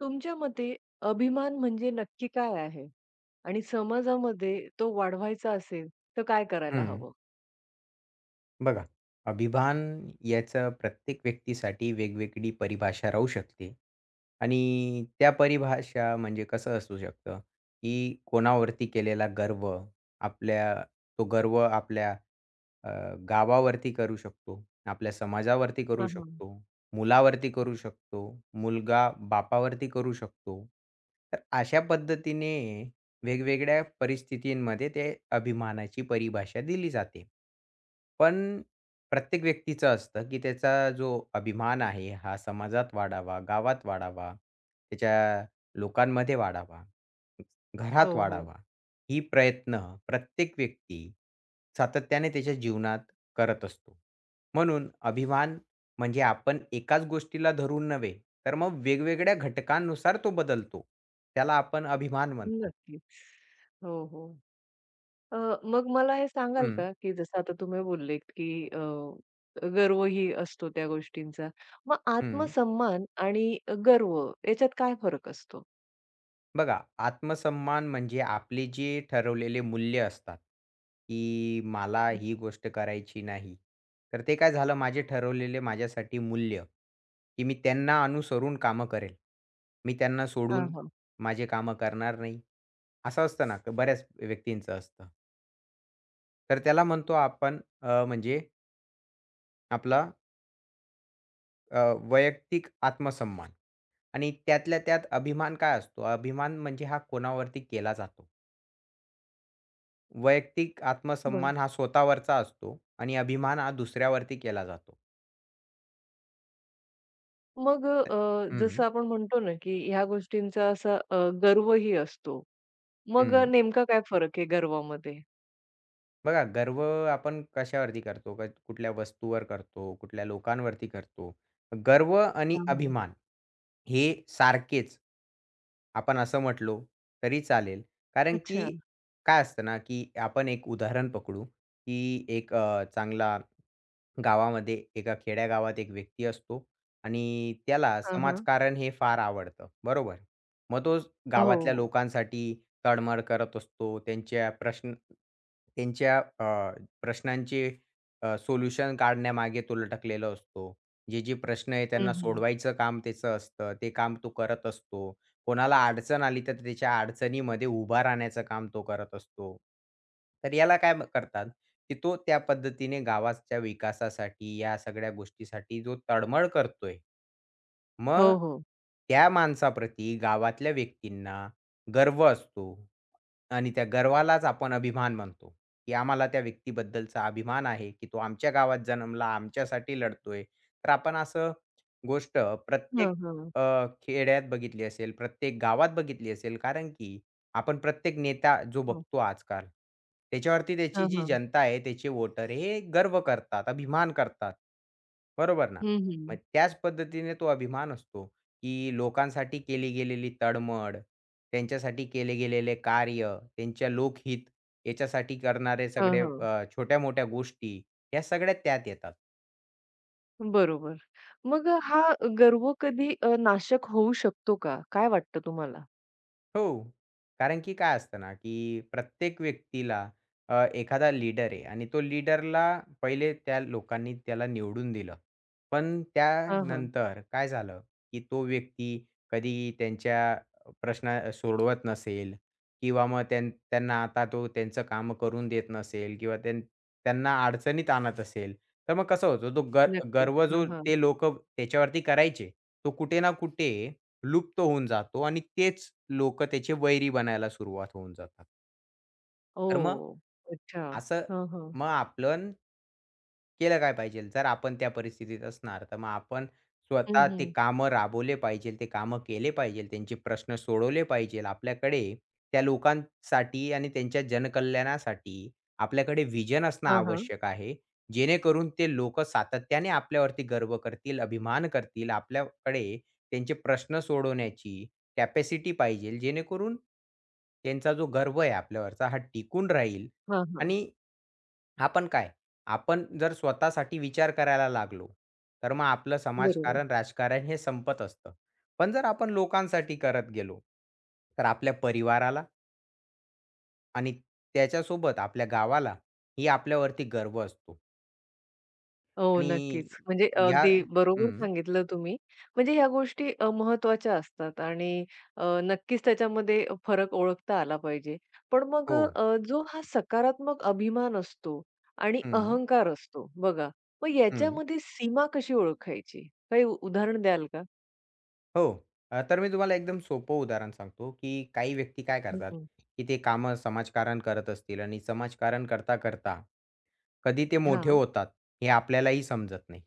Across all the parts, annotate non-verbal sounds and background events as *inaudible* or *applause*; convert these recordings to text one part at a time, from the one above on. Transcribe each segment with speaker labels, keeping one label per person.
Speaker 1: तुमच्या मते अभिमान म्हणजे नक्की काय आहे? आणि समाजामध्ये तो वाढवायचा असेल, तर काय करायला
Speaker 2: हं,
Speaker 1: हवं?
Speaker 2: बघा, अभिमान याचं प्रत्येक व्यक्तीसाठी वेगवेगळी परिभाषा राहू शकते आणि त्या परिभाषा म्हणजे कसं असू शकतं, की कोणावरती केलेला गर्व, आपल्या तो गर्व आपल्या अ, गावावरती करू शकतो, आपल्या समाजावरती करू
Speaker 1: हां, हां.
Speaker 2: शकतो, मुलावरती करू शकतो, मुलगा बापावरती करू शकतो. तर अशा पद्धतीने वेगवेगळ्या परिस्थितींमध्ये ते अभिमानाची परिभाषा दिली जाते. पण प्रत्येक व्यक्तीचं असतं, की त्याचा जो अभिमान आहे हा समाजात वाढावा, गावात वाढावा, त्याच्या लोकांमध्ये वाढावा,
Speaker 1: हो,
Speaker 2: घरात
Speaker 1: हो.
Speaker 2: वाढावा. ही प्रयत्न प्रत्येक व्यक्ती सातत्याने त्याच्या जीवनात करत असतो. म्हणून अभिमान म्हणजे आपण एकाच गोष्टीला धरून नव्हे, तर मग वेगवेगळ्या घटकांनुसार तो बदलतो. त्याला आपण अभिमान म्हणतो.
Speaker 1: नक्कीच. हो, हो. अ, मग मला हे सांगाल
Speaker 2: हं,
Speaker 1: का, की जसं आता तुम्ही बोललेत, की गर्वही असतो त्या गोष्टींचा. मग
Speaker 2: हं.
Speaker 1: आत्मसन्मान आणि गर्व याच्यात काय फरक असतो?
Speaker 2: बघा, आत्मसन्मान म्हणजे आपले जे ठरवलेले मूल्य असतात, की मला
Speaker 1: हं.
Speaker 2: ही गोष्ट करायची नाही. तर ते काय झालं माझे ठरवलेले माझ्यासाठी मूल्य, की मी त्यांना अनुसरून कामं करेल. मी त्यांना
Speaker 1: हां,
Speaker 2: सोडून
Speaker 1: हां.
Speaker 2: माझे कामं करणार नाही. असं असतं ना, बऱ्याच व्यक्तींचं असतं. तर त्याला म्हणतो आपण म्हणजे आपला अ, वैयक्तिक आत्मसन्मान आणि त्यातल्या त्यात अभिमान काय असतो? अभिमान म्हणजे हा कोणावरती केला जातो. वैयक्तिक
Speaker 1: बरं.
Speaker 2: आत्मसन्मान हा स्वतःवरचा असतो आणि अभिमान हा दुसऱ्यावरती केला जातो.
Speaker 1: मग
Speaker 2: त
Speaker 1: जसं
Speaker 2: हं,
Speaker 1: आपण म्हणतो ना, की ह्या गोष्टींचा असा गर्वही असतो. मग
Speaker 2: हं.
Speaker 1: नेमका काय फरक आहे गरवामध्ये?
Speaker 2: बघा, गर्व आपण कशावरती करतो? कुठल्या वस्तूवर करतो, कुठल्या लोकांवरती करतो. गर्व आणि
Speaker 1: हां, हां.
Speaker 2: अभिमान हे सारखेच आपण असं म्हटलो तरी चालेल. कारण की
Speaker 1: अच्छा.
Speaker 2: काय असतं ना, की आपण एक उदाहरण पकडू, की एक चांगला गावामध्ये एका खेड्यागावात एक व्यक्ती असतो आणि त्याला
Speaker 1: हां, हां.
Speaker 2: समाजकारण हे फार आवडतं, बरोबर? मग तो
Speaker 1: हो,
Speaker 2: गावातल्या
Speaker 1: हो.
Speaker 2: लोकांसाठी तळमळ करत असतो. त्यांच्या प्रश्नांचे सोल्युशन काढण्यामागे तो लटकलेला असतो. जे प्रश्न आहे
Speaker 1: हं,
Speaker 2: त्यांना
Speaker 1: हं.
Speaker 2: सोडवायचं काम त्याचं असतं. ते काम तो करत असतो. कोणाला अडचण आली तर त्याच्या अडचणीमध्ये उभा राहण्याचं काम तो करत असतो. तर याला काय करतात की तो त्या पद्धतीने गावाच्या विकासासाठी या सगळ्या गोष्टीसाठी जो तळमळ करतोय. मग
Speaker 1: हो, हो.
Speaker 2: त्या माणसाप्रती गावातल्या व्यक्तींना गर्व असतो. आणि त्या गर्वालाच आपण अभिमान म्हणतो, की आम्हाला त्या व्यक्तीबद्दलचा अभिमान आहे, की तो आमच्या गावात जन्मला, आमच्यासाठी लढतोय. तर आपण असं गोष्ट प्रत्येक
Speaker 1: हां, हां.
Speaker 2: खेड्यात बघितली असेल, प्रत्येक गावात बघितली असेल. कारण की आपण प्रत्येक नेता जो
Speaker 1: हो.
Speaker 2: बघतो आजकाल, त्याच्यावरती त्याची
Speaker 1: हां,
Speaker 2: जी
Speaker 1: हां.
Speaker 2: जनता आहे, त्याचे वोटर हे गर्व करतात, अभिमान करतात. बरोबर ना?
Speaker 1: हं, हं.
Speaker 2: मग त्याच पद्धतीने तो अभिमान असतो, की लोकांसाठी केली गेलेली तळमळ, त्यांच्यासाठी केले गेलेले कार्य त्यांच्या लोकहित याच्यासाठी करणारे
Speaker 1: हां,
Speaker 2: सगळे
Speaker 1: हां.
Speaker 2: छोट्या-मोठ्या गोष्टी, ह्या सगळ्या त्यात येतात.
Speaker 1: बरोबर. मग हा गर्व कधी नाशक होऊ शकतो का? काय वाटतं तुम्हाला?
Speaker 2: हो. कारण की काय असतं ना, की प्रत्येक व्यक्तीला एखादा लीडर आहे आणि तो लीडरला पहिले त्या लोकांनी त्याला निवडून दिलं. पण
Speaker 1: हां, हां.
Speaker 2: त्यानंतर काय झालं, की तो व्यक्ती कधी त्यांच्या प्रश्न सोडवत नसेल किंवा मग त्यांना आता तो त्यांचं कामं करून देत नसेल किंवा त्यांना अडचणीत आणत असेल, तर मग कसं होतं तो गर
Speaker 1: नक्कीच.
Speaker 2: गर्व
Speaker 1: हां,
Speaker 2: जो
Speaker 1: हां.
Speaker 2: ते लोकं त्याच्यावरती करायचे, तो कुठे ना कुठे लुप्त होऊन जातो आणि तेच लोकं त्याचे वैरी बनायला सुरुवात होऊन जातात. तर मग
Speaker 1: ओह! अच्छा.
Speaker 2: असं,
Speaker 1: हां, हां.
Speaker 2: मग आपण केलं काय पाहिजेल? जर आपण त्या परिस्थितीत असणार, तर मग आपण
Speaker 1: हं,
Speaker 2: स्वतः ते
Speaker 1: हं.
Speaker 2: कामं राबवले पाहिजेल, ते कामं केले पाहिजेल, त्यांचे प्रश्न सोडवले पाहिजेल. आपल्याकडे त्या लोकांसाठी आणि त्यांच्या जनकल्याणासाठी आपल्याकडे व्हिजन असणं
Speaker 1: हां, हां.
Speaker 2: आवश्यक आहे. जेणेकरून ते लोकं सातत्याने आपल्यावरती गर्व करतील, अभिमान करतील. आपल्याकडे त्यांचे प्रश्न सोडवण्याची कॅपॅसिटी पाहिजेल, जेणेकरून त्यांचा जो गर्व आहे आपल्यावरचा, हा टिकून राहील
Speaker 1: हां, हां.
Speaker 2: आणि आपण काय, आपण जर स्वतःसाठी विचार करायला लागलो, तर मग आपलं
Speaker 1: बरोबर.
Speaker 2: समाजकारण, राजकारण हे संपत असतं. पण जर आपण लोकांसाठी करत गेलो, तर आपल्या परिवाराला आणि त्याच्यासोबत आपल्या गावाला ही आपल्यावरती गर्व असतो.
Speaker 1: हो, नक्कीच.
Speaker 2: आणि
Speaker 1: म्हणजे
Speaker 2: या,
Speaker 1: अगदी बरोबर
Speaker 2: हं.
Speaker 1: सांगितलं तुम्ही. म्हणजे ह्या गोष्टी महत्त्वाच्या असतात आणि नक्कीच त्याच्यामध्ये फरक ओळखता आला पाहिजे. पण मग
Speaker 2: हो.
Speaker 1: जो हा सकारात्मक अभिमान असतो आणि
Speaker 2: हं,
Speaker 1: अहंकार असतो बघा, मग
Speaker 2: हं.
Speaker 1: याच्यामध्ये सीमा कशी ओळखायची? काही उदाहरण द्याल का?
Speaker 2: हो. तर मी तुम्हाला एकदम सोपं उदाहरण सांगतो, की काही व्यक्ती काय
Speaker 1: हं,
Speaker 2: करतात,
Speaker 1: हं.
Speaker 2: की ते कामं समाजकारण करत असतील आणि समाजकारण करता-करता कधी ते मोठे होतात हे आपल्यालाही समजत नाही.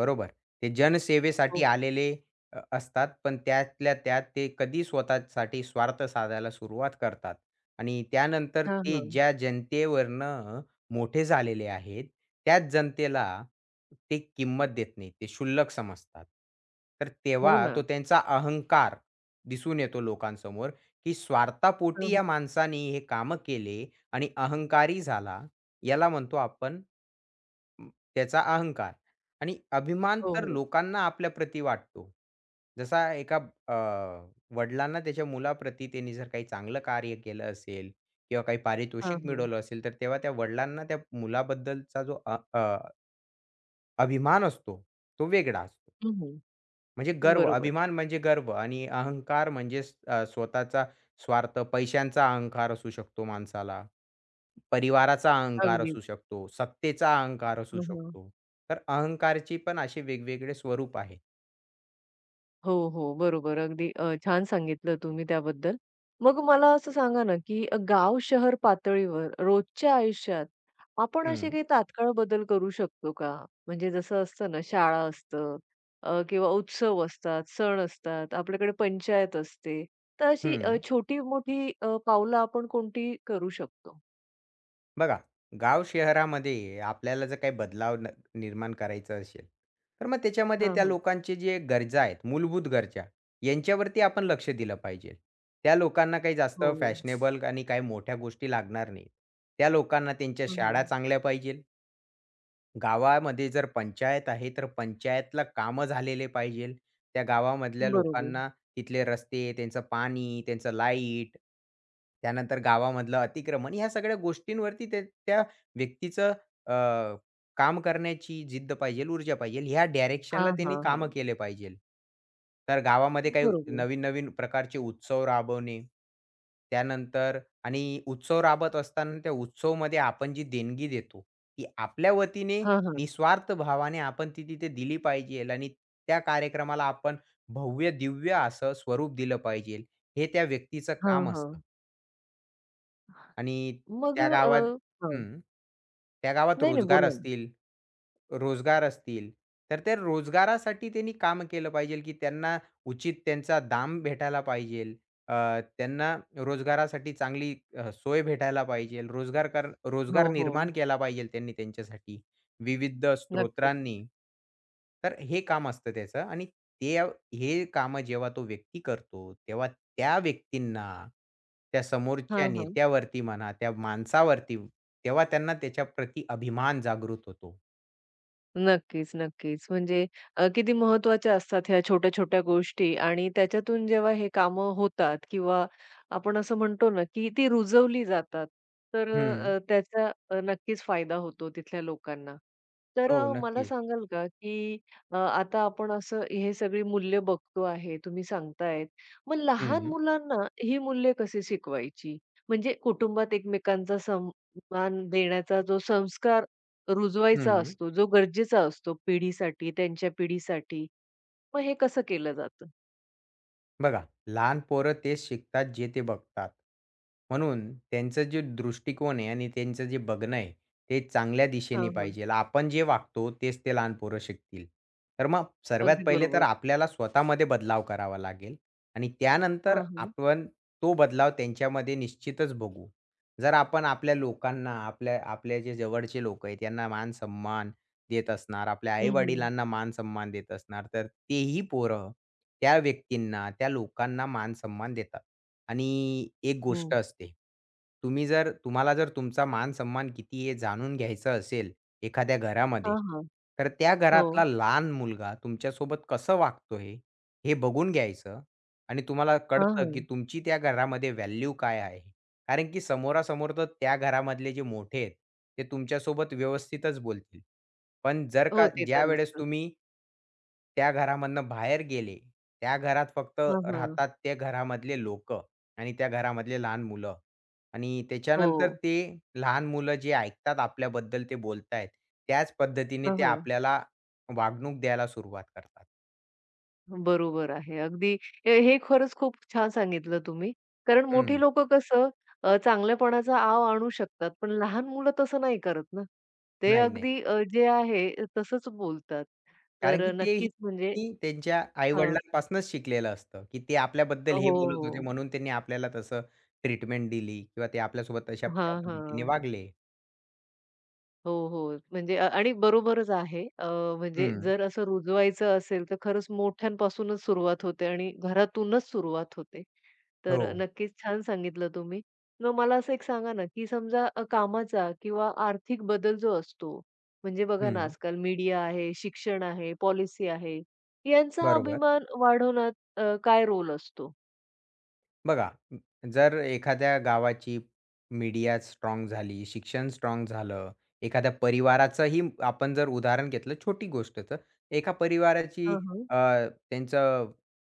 Speaker 2: बरोबर. ते जनसेवेसाठी
Speaker 1: हो.
Speaker 2: आलेले असतात. पण त्यातल्या त्यात ते कधी स्वतःसाठी स्वार्थ साधायला सुरुवात करतात आणि त्यानंतर
Speaker 1: हां,
Speaker 2: ते
Speaker 1: हां.
Speaker 2: ज्या जनतेवरनं मोठे झालेले आहेत, त्याच जनतेला ते किंमत देत नाहीत. ते क्षुल्लक समजतात. तर
Speaker 1: हो
Speaker 2: तेव्हा
Speaker 1: ना.
Speaker 2: तो त्यांचा अहंकार दिसून येतो लोकांसमोर, की
Speaker 1: हां,
Speaker 2: स्वार्थापोटी
Speaker 1: हां.
Speaker 2: या माणसाने हे कामं केले आणि अहंकारी झाला. याला म्हणतो आपण म, त्याचा अहंकार. आणि अभिमान
Speaker 1: हो,
Speaker 2: तर
Speaker 1: हो.
Speaker 2: लोकांना आपल्याप्रती वाटतो. जसा एका अ, वडिलांना त्याच्या मुलाप्रती त्यांनी जर काही चांगलं कार्य केलं असेल किंवा काही
Speaker 1: हां,
Speaker 2: पारितोषिक
Speaker 1: हां.
Speaker 2: मिळवलं असेल, तर तेव्हा त्या वडिलांना त्या मुलाबद्दलचा जो अ, अ, अभिमान असतो, तो वेगळा असतो.
Speaker 1: हं,
Speaker 2: म्हणजे गर्व,
Speaker 1: बरोबर.
Speaker 2: अभिमान म्हणजे गर्व आणि अहंकार म्हणजे स्वतःचा स्वार्थ, पैशांचा अहंकार असू शकतो माणसाला. परिवाराचा अहंकार
Speaker 1: अगदीच.
Speaker 2: असू शकतो, सत्तेचा अहंकार असू शकतो. तर अहंकारची पण असे वेगवेगळे स्वरूप आहेत.
Speaker 1: हो, हो. बरोबर. अगदी छान सांगितलं तुम्ही त्याबद्दल. मग मला असं सांगा ना, की गाव शहर पातळीवर रोजच्या आयुष्यात आपण असे
Speaker 2: हं,
Speaker 1: काही तात्काळ बदल करू शकतो का? म्हणजे जसं असतं ना, शाळा असतं किंवा उत्सव असतात, सण असतात, आपल्याकडे पंचायत असते. तर अशी
Speaker 2: हं.
Speaker 1: छोटी-मोठी पावलं आपण कोणती करू शकतो?
Speaker 2: बघा, गाव शहरामध्ये आपल्याला जर काही बदलाव निर्माण करायचा असेल, तर मग त्याच्यामध्ये
Speaker 1: हां,
Speaker 2: त्या
Speaker 1: हां.
Speaker 2: लोकांचे जे गरजा आहेत, मूलभूत गरजा, यांच्यावरती आपण लक्ष दिलं पाहिजे. त्या लोकांना काही जास्त
Speaker 1: हो, हो.
Speaker 2: फॅशनेबल आणि काही मोठ्या गोष्टी लागणार नाहीत. त्या लोकांना त्यांच्या
Speaker 1: हां, हां.
Speaker 2: शाळा चांगल्या पाहिजे. गावामध्ये जर पंचायत आहे, तर पंचायतला कामं झालेले पाहिजेल. त्या गावामधल्या
Speaker 1: बरोबर.
Speaker 2: लोकांना तिथले रस्ते, त्यांचं पाणी, त्यांचं लाईट, त्यानंतर गावामधलं अतिक्रमण ह्या सगळ्या गोष्टींवरती त्या त्या व्यक्तीचं अ, काम करण्याची जिद्द पाहिजेल, ऊर्जा पाहिजेल. ह्या डायरेक्शनला
Speaker 1: हां,
Speaker 2: त्यांनी
Speaker 1: हां,
Speaker 2: कामं
Speaker 1: हां.
Speaker 2: केले पाहिजेल. तर गावामध्ये काही
Speaker 1: बरोबर.
Speaker 2: नवीन-नवीन प्रकारचे उत्सव राबवणे. त्यानंतर आणि उत्सव राबवत असताना त्या उत्सवमध्ये आपण जी देणगी देतो, ती आपल्या वतीने
Speaker 1: हां, हां.
Speaker 2: निस्वार्थ भावाने आपण ती तिथे दिली पाहिजेल आणि त्या कार्यक्रमाला आपण भव्य-दिव्य असं स्वरूप दिलं पाहिजेल. हे त्या व्यक्तीचं
Speaker 1: हां,
Speaker 2: काम
Speaker 1: हां.
Speaker 2: असतं आणि
Speaker 1: मग
Speaker 2: त्या
Speaker 1: अ,
Speaker 2: गावात
Speaker 1: हां.
Speaker 2: हं. त्या गावात
Speaker 1: नाही, नाही.
Speaker 2: रोजगार
Speaker 1: बोला ना.
Speaker 2: असतील. रोजगार असतील, तर त्या रोजगारासाठी त्यांनी काम केलं पाहिजे, की त्यांना उचित त्यांचा दाम भेटायला पाहिजे. त्यांना रोजगारासाठी चांगली सोय भेटायला पाहिजे. रोजगार
Speaker 1: हो, हो.
Speaker 2: निर्माण केला पाहिजे त्यांनी त्यांच्यासाठी विविध
Speaker 1: नक्कीच.
Speaker 2: स्त्रोतांनी. तर हे काम असतं त्याचं आणि ते हे कामं जेव्हा तो व्यक्ती करतो, तेव्हा त्या व्यक्तींना, त्या
Speaker 1: हां,
Speaker 2: समोरच्या
Speaker 1: हां.
Speaker 2: नेत्यावरती म्हणा, त्या माणसावरती, तेव्हा त्यांना त्याच्याप्रती अभिमान जागृत होतो.
Speaker 1: नक्कीच, नक्कीच. म्हणजे किती महत्त्वाच्या असतात ह्या छोट्या-छोट्या गोष्टी आणि त्याच्यातून जेव्हा हे कामं होतात किंवा आपण असं म्हणतो ना, की ती रुजवली जातात. तर
Speaker 2: हं.
Speaker 1: त्याचा नक्कीच फायदा होतो तिथल्या लोकांना. तर
Speaker 2: हो,
Speaker 1: मला
Speaker 2: नक्कीच.
Speaker 1: सांगाल का, की आता आपण असं हे सगळी मूल्य बघतो आहे, तुम्ही सांगतायत. मग लहान
Speaker 2: हं,
Speaker 1: मुलांना ही मूल्य कशी शिकवायची? म्हणजे कुटुंबात एकमेकांचा सन्मान देण्याचा जो संस्कार रुजवायचा
Speaker 2: हं.
Speaker 1: असतो, जो गरजेचा असतो पिढीसाठी, त्यांच्या पिढीसाठी. मग हे कसं केलं जातं?
Speaker 2: बघा, लहान पोरं तेच शिकतात जे ते बघतात. म्हणून त्यांचं जे दृष्टिकोन आहे आणि त्यांचं जे बघणं आहे, ते चांगल्या दिशेने
Speaker 1: हां, हां.
Speaker 2: पाहिजे. आपण जे वागतो तेच ते लहान पोरं शिकतील. तर मग सर्वात
Speaker 1: अगदी
Speaker 2: पहिले तर
Speaker 1: बरोबर.
Speaker 2: आपल्याला स्वतःमध्ये बदलाव करावा लागेल आणि त्यानंतर
Speaker 1: हां, हां.
Speaker 2: आपण तो बदलाव त्यांच्यामध्ये निश्चितच बघू. जर आपण आपल्या लोकांना, आपल्या आपल्या जे जवळचे लोकं आहेत, त्यांना मान-सन्मान देत असणार, आपल्या
Speaker 1: हं, हं.
Speaker 2: आई-वडिलांना मान-सन्मान देत असणार, तर तेही पोरं त्या व्यक्तींना, त्या लोकांना मान-सन्मान देतात. आणि एक
Speaker 1: हं.
Speaker 2: गोष्ट असते, तुम्ही जर तुम्हाला जर तुमचा मान-सन्मान किती हे जाणून घ्यायचं असेल एखाद्या घरामध्ये,
Speaker 1: हां, हां.
Speaker 2: तर त्या
Speaker 1: हो.
Speaker 2: घरातला लहान मुलगा तुमच्यासोबत कसं वागतोय, हे हे बघून घ्यायचं आणि तुम्हाला
Speaker 1: हां,
Speaker 2: कळतं,
Speaker 1: हां.
Speaker 2: की तुमची त्या घरामध्ये व्हॅल्यू काय आहे. कारण की समोरासमोर तर त्या घरामधले जे मोठे आहेत, ते तुमच्यासोबत व्यवस्थितच बोलतील. पण जर
Speaker 1: हो,
Speaker 2: का
Speaker 1: ते तर
Speaker 2: ज्यावेळेस
Speaker 1: नसतं.
Speaker 2: तुम्ही त्या घरामधनं बाहेर गेले, त्या घरात फक्त
Speaker 1: हां, हां.
Speaker 2: राहतात त्या घरामधले लोकं आणि त्या घरामधले लहान मुलं आणि त्याच्यानंतर
Speaker 1: हो.
Speaker 2: ते लहान मुलं जे ऐकतात आपल्याबद्दल ते बोलतायत, त्याच पद्धतीने
Speaker 1: हां,
Speaker 2: ते
Speaker 1: हां.
Speaker 2: आपल्याला वागणूक द्यायला सुरुवात करतात.
Speaker 1: बरोबर आहे. अगदी हे हे खरंच खूप छान सांगितलं तुम्ही. कारण मोठी
Speaker 2: हं.
Speaker 1: लोकं कसं चांगल्यापणाचा आव आणू शकतात, पण लहान मुलं तसं नाही करत ना. ते
Speaker 2: नाही, नाही.
Speaker 1: अगदी जे आहे तसंच बोलतात. तर
Speaker 2: कारण की
Speaker 1: नक्कीच म्हणजे
Speaker 2: तेही त्यांच्या
Speaker 1: हां.
Speaker 2: आई-वडिलांपासूनच शिकलेलं असतं, की ते
Speaker 1: हो,
Speaker 2: आपल्याबद्दल हे बोलत होते
Speaker 1: हो.
Speaker 2: म्हणून त्यांनी आपल्याला तसं ट्रीटमेंट दिली किंवा ते आपल्यासोबत तशा त्या
Speaker 1: हां,
Speaker 2: पद्धतीने
Speaker 1: हां.
Speaker 2: वागले.
Speaker 1: हो, हो. म्हणजे आणि बरोबरच आहे. म्हणजे
Speaker 2: हं.
Speaker 1: जर असं रुजवायचं असेल, तर खरंच मोठ्यांपासूनच सुरुवात होते आणि घरातूनच सुरुवात होते.
Speaker 2: हो.
Speaker 1: तर नक्कीच छान सांगितलं तुम्ही. मग मला असं एक सांगा ना, की समजा कामाचा किंवा आर्थिक बदल जो असतो, म्हणजे बघा ना,
Speaker 2: हं.
Speaker 1: आजकाल मीडिया आहे, शिक्षण आहे, पॉलिसी आहे, यांचा
Speaker 2: बरोबर.
Speaker 1: अभिमान वाढवण्यात काय रोल असतो?
Speaker 2: बघा, जर एखाद्या गावाची मीडिया स्ट्राँग झाली, शिक्षण स्ट्राँग झालं, एखाद्या परिवाराचंही आपण जर उदाहरण घेतलं छोटी गोष्टचं. एका परिवाराची
Speaker 1: हां, हां.
Speaker 2: अ, त्यांचं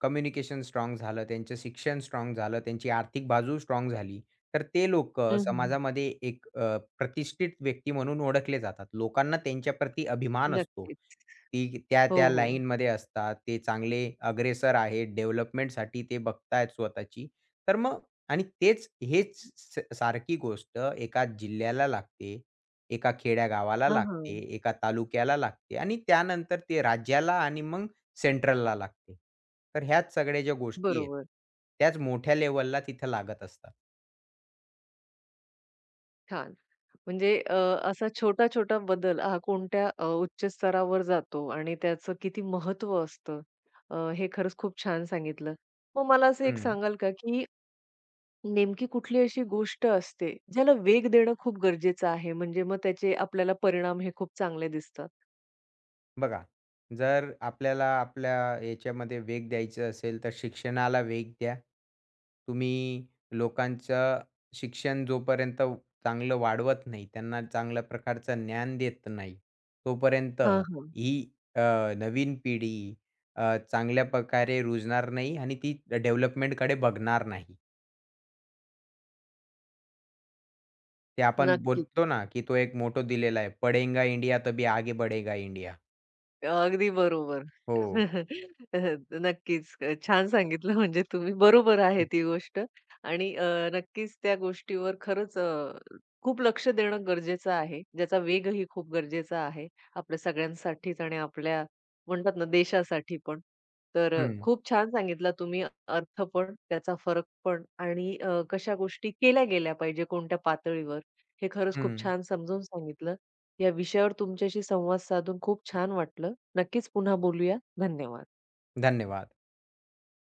Speaker 2: कम्युनिकेशन स्ट्राँग झालं, त्यांचं शिक्षण स्ट्राँग झालं, त्यांची आर्थिक बाजू स्ट्राँग झाली, तर ते लोकं
Speaker 1: हं, हं.
Speaker 2: समाजामध्ये एक प्रतिष्ठित व्यक्ती म्हणून ओळखले जातात. लोकांना त्यांच्याप्रती अभिमान असतो.
Speaker 1: नक्कीच.
Speaker 2: ती
Speaker 1: हो,
Speaker 2: त्या-त्या
Speaker 1: हो.
Speaker 2: लाईनमध्ये असतात. ते चांगले अग्रेसर आहेत. डेव्हलपमेंटसाठी ते बघतायत स्वतःची. तर मग आणि तेच हेच सारखी गोष्ट एका जिल्ह्याला लागते, एका खेड्यागावाला
Speaker 1: हां,
Speaker 2: लागते,
Speaker 1: हां.
Speaker 2: एका तालुक्याला लागते आणि त्यानंतर ते राज्याला आणि मग सेंट्रलला लागते. तर ह्याच सगळ्या ज्या गोष्टी आहेत,
Speaker 1: बरोबर.
Speaker 2: त्याच मोठ्या लेव्हलला तिथं लागत असतात.
Speaker 1: छान. म्हणजे असा छोटा-छोटा बदल हा कोणत्या उच्च स्तरावर जातो आणि त्याचं किती महत्त्व असतं, हे खरंच खूप छान सांगितलं. मग मला असं एक सांगाल का, की नेमकी कुठली अशी गोष्ट असते, ज्याला वेग देणं खूप गरजेचं आहे, म्हणजे मग त्याचे आपल्याला परिणाम हे खूप चांगले दिसतात?
Speaker 2: बघा, जर आपल्याला आपल्या याच्यामध्ये वेग द्यायचं असेल, तर शिक्षणाला वेग द्या. तुम्ही लोकांचं शिक्षण जोपर्यंत चांगलं वाढवत नाही, त्यांना चांगल्या प्रकारचं ज्ञान देत नाही, तोपर्यंत
Speaker 1: हां, हां.
Speaker 2: ही अ, नवीन पिढी चांगल्या प्रकारे रुजणार नाही आणि ती डेव्हलपमेंटकडे बघणार नाही. ते आपण
Speaker 1: नक्की.
Speaker 2: बोलतो ना, की तो एक मोटो दिलेला आहे, "पढेंगा इंडिया तभी आगे बढेगा इंडिया."
Speaker 1: अगदी बरोबर.
Speaker 2: हो.
Speaker 1: *laughs* नक्कीच. छान सांगितलं म्हणजे तुम्ही. बरोबर आहे ती गोष्ट आणि नक्कीच त्या गोष्टीवर खरंच खूप लक्ष देणं गरजेचं आहे. ज्याचा वेगही खूप गरजेचा आहे. आपल्या सगळ्यांसाठीच आणि आपल्या म्हणतात ना देशासाठी पण. तर
Speaker 2: हं,
Speaker 1: खूप छान सांगितला तुम्ही अर्थ पण, त्याचा फरक पण आणि कशा गोष्टी केल्या गेल्या पाहिजे कोणत्या पातळीवर. हे खरंच खूप
Speaker 2: हं.
Speaker 1: छान समजून सांगितलं. या विषयावर तुमच्याशी संवाद साधून खूप छान वाटलं. नक्कीच पुन्हा बोलूया. धन्यवाद.
Speaker 2: धन्यवाद.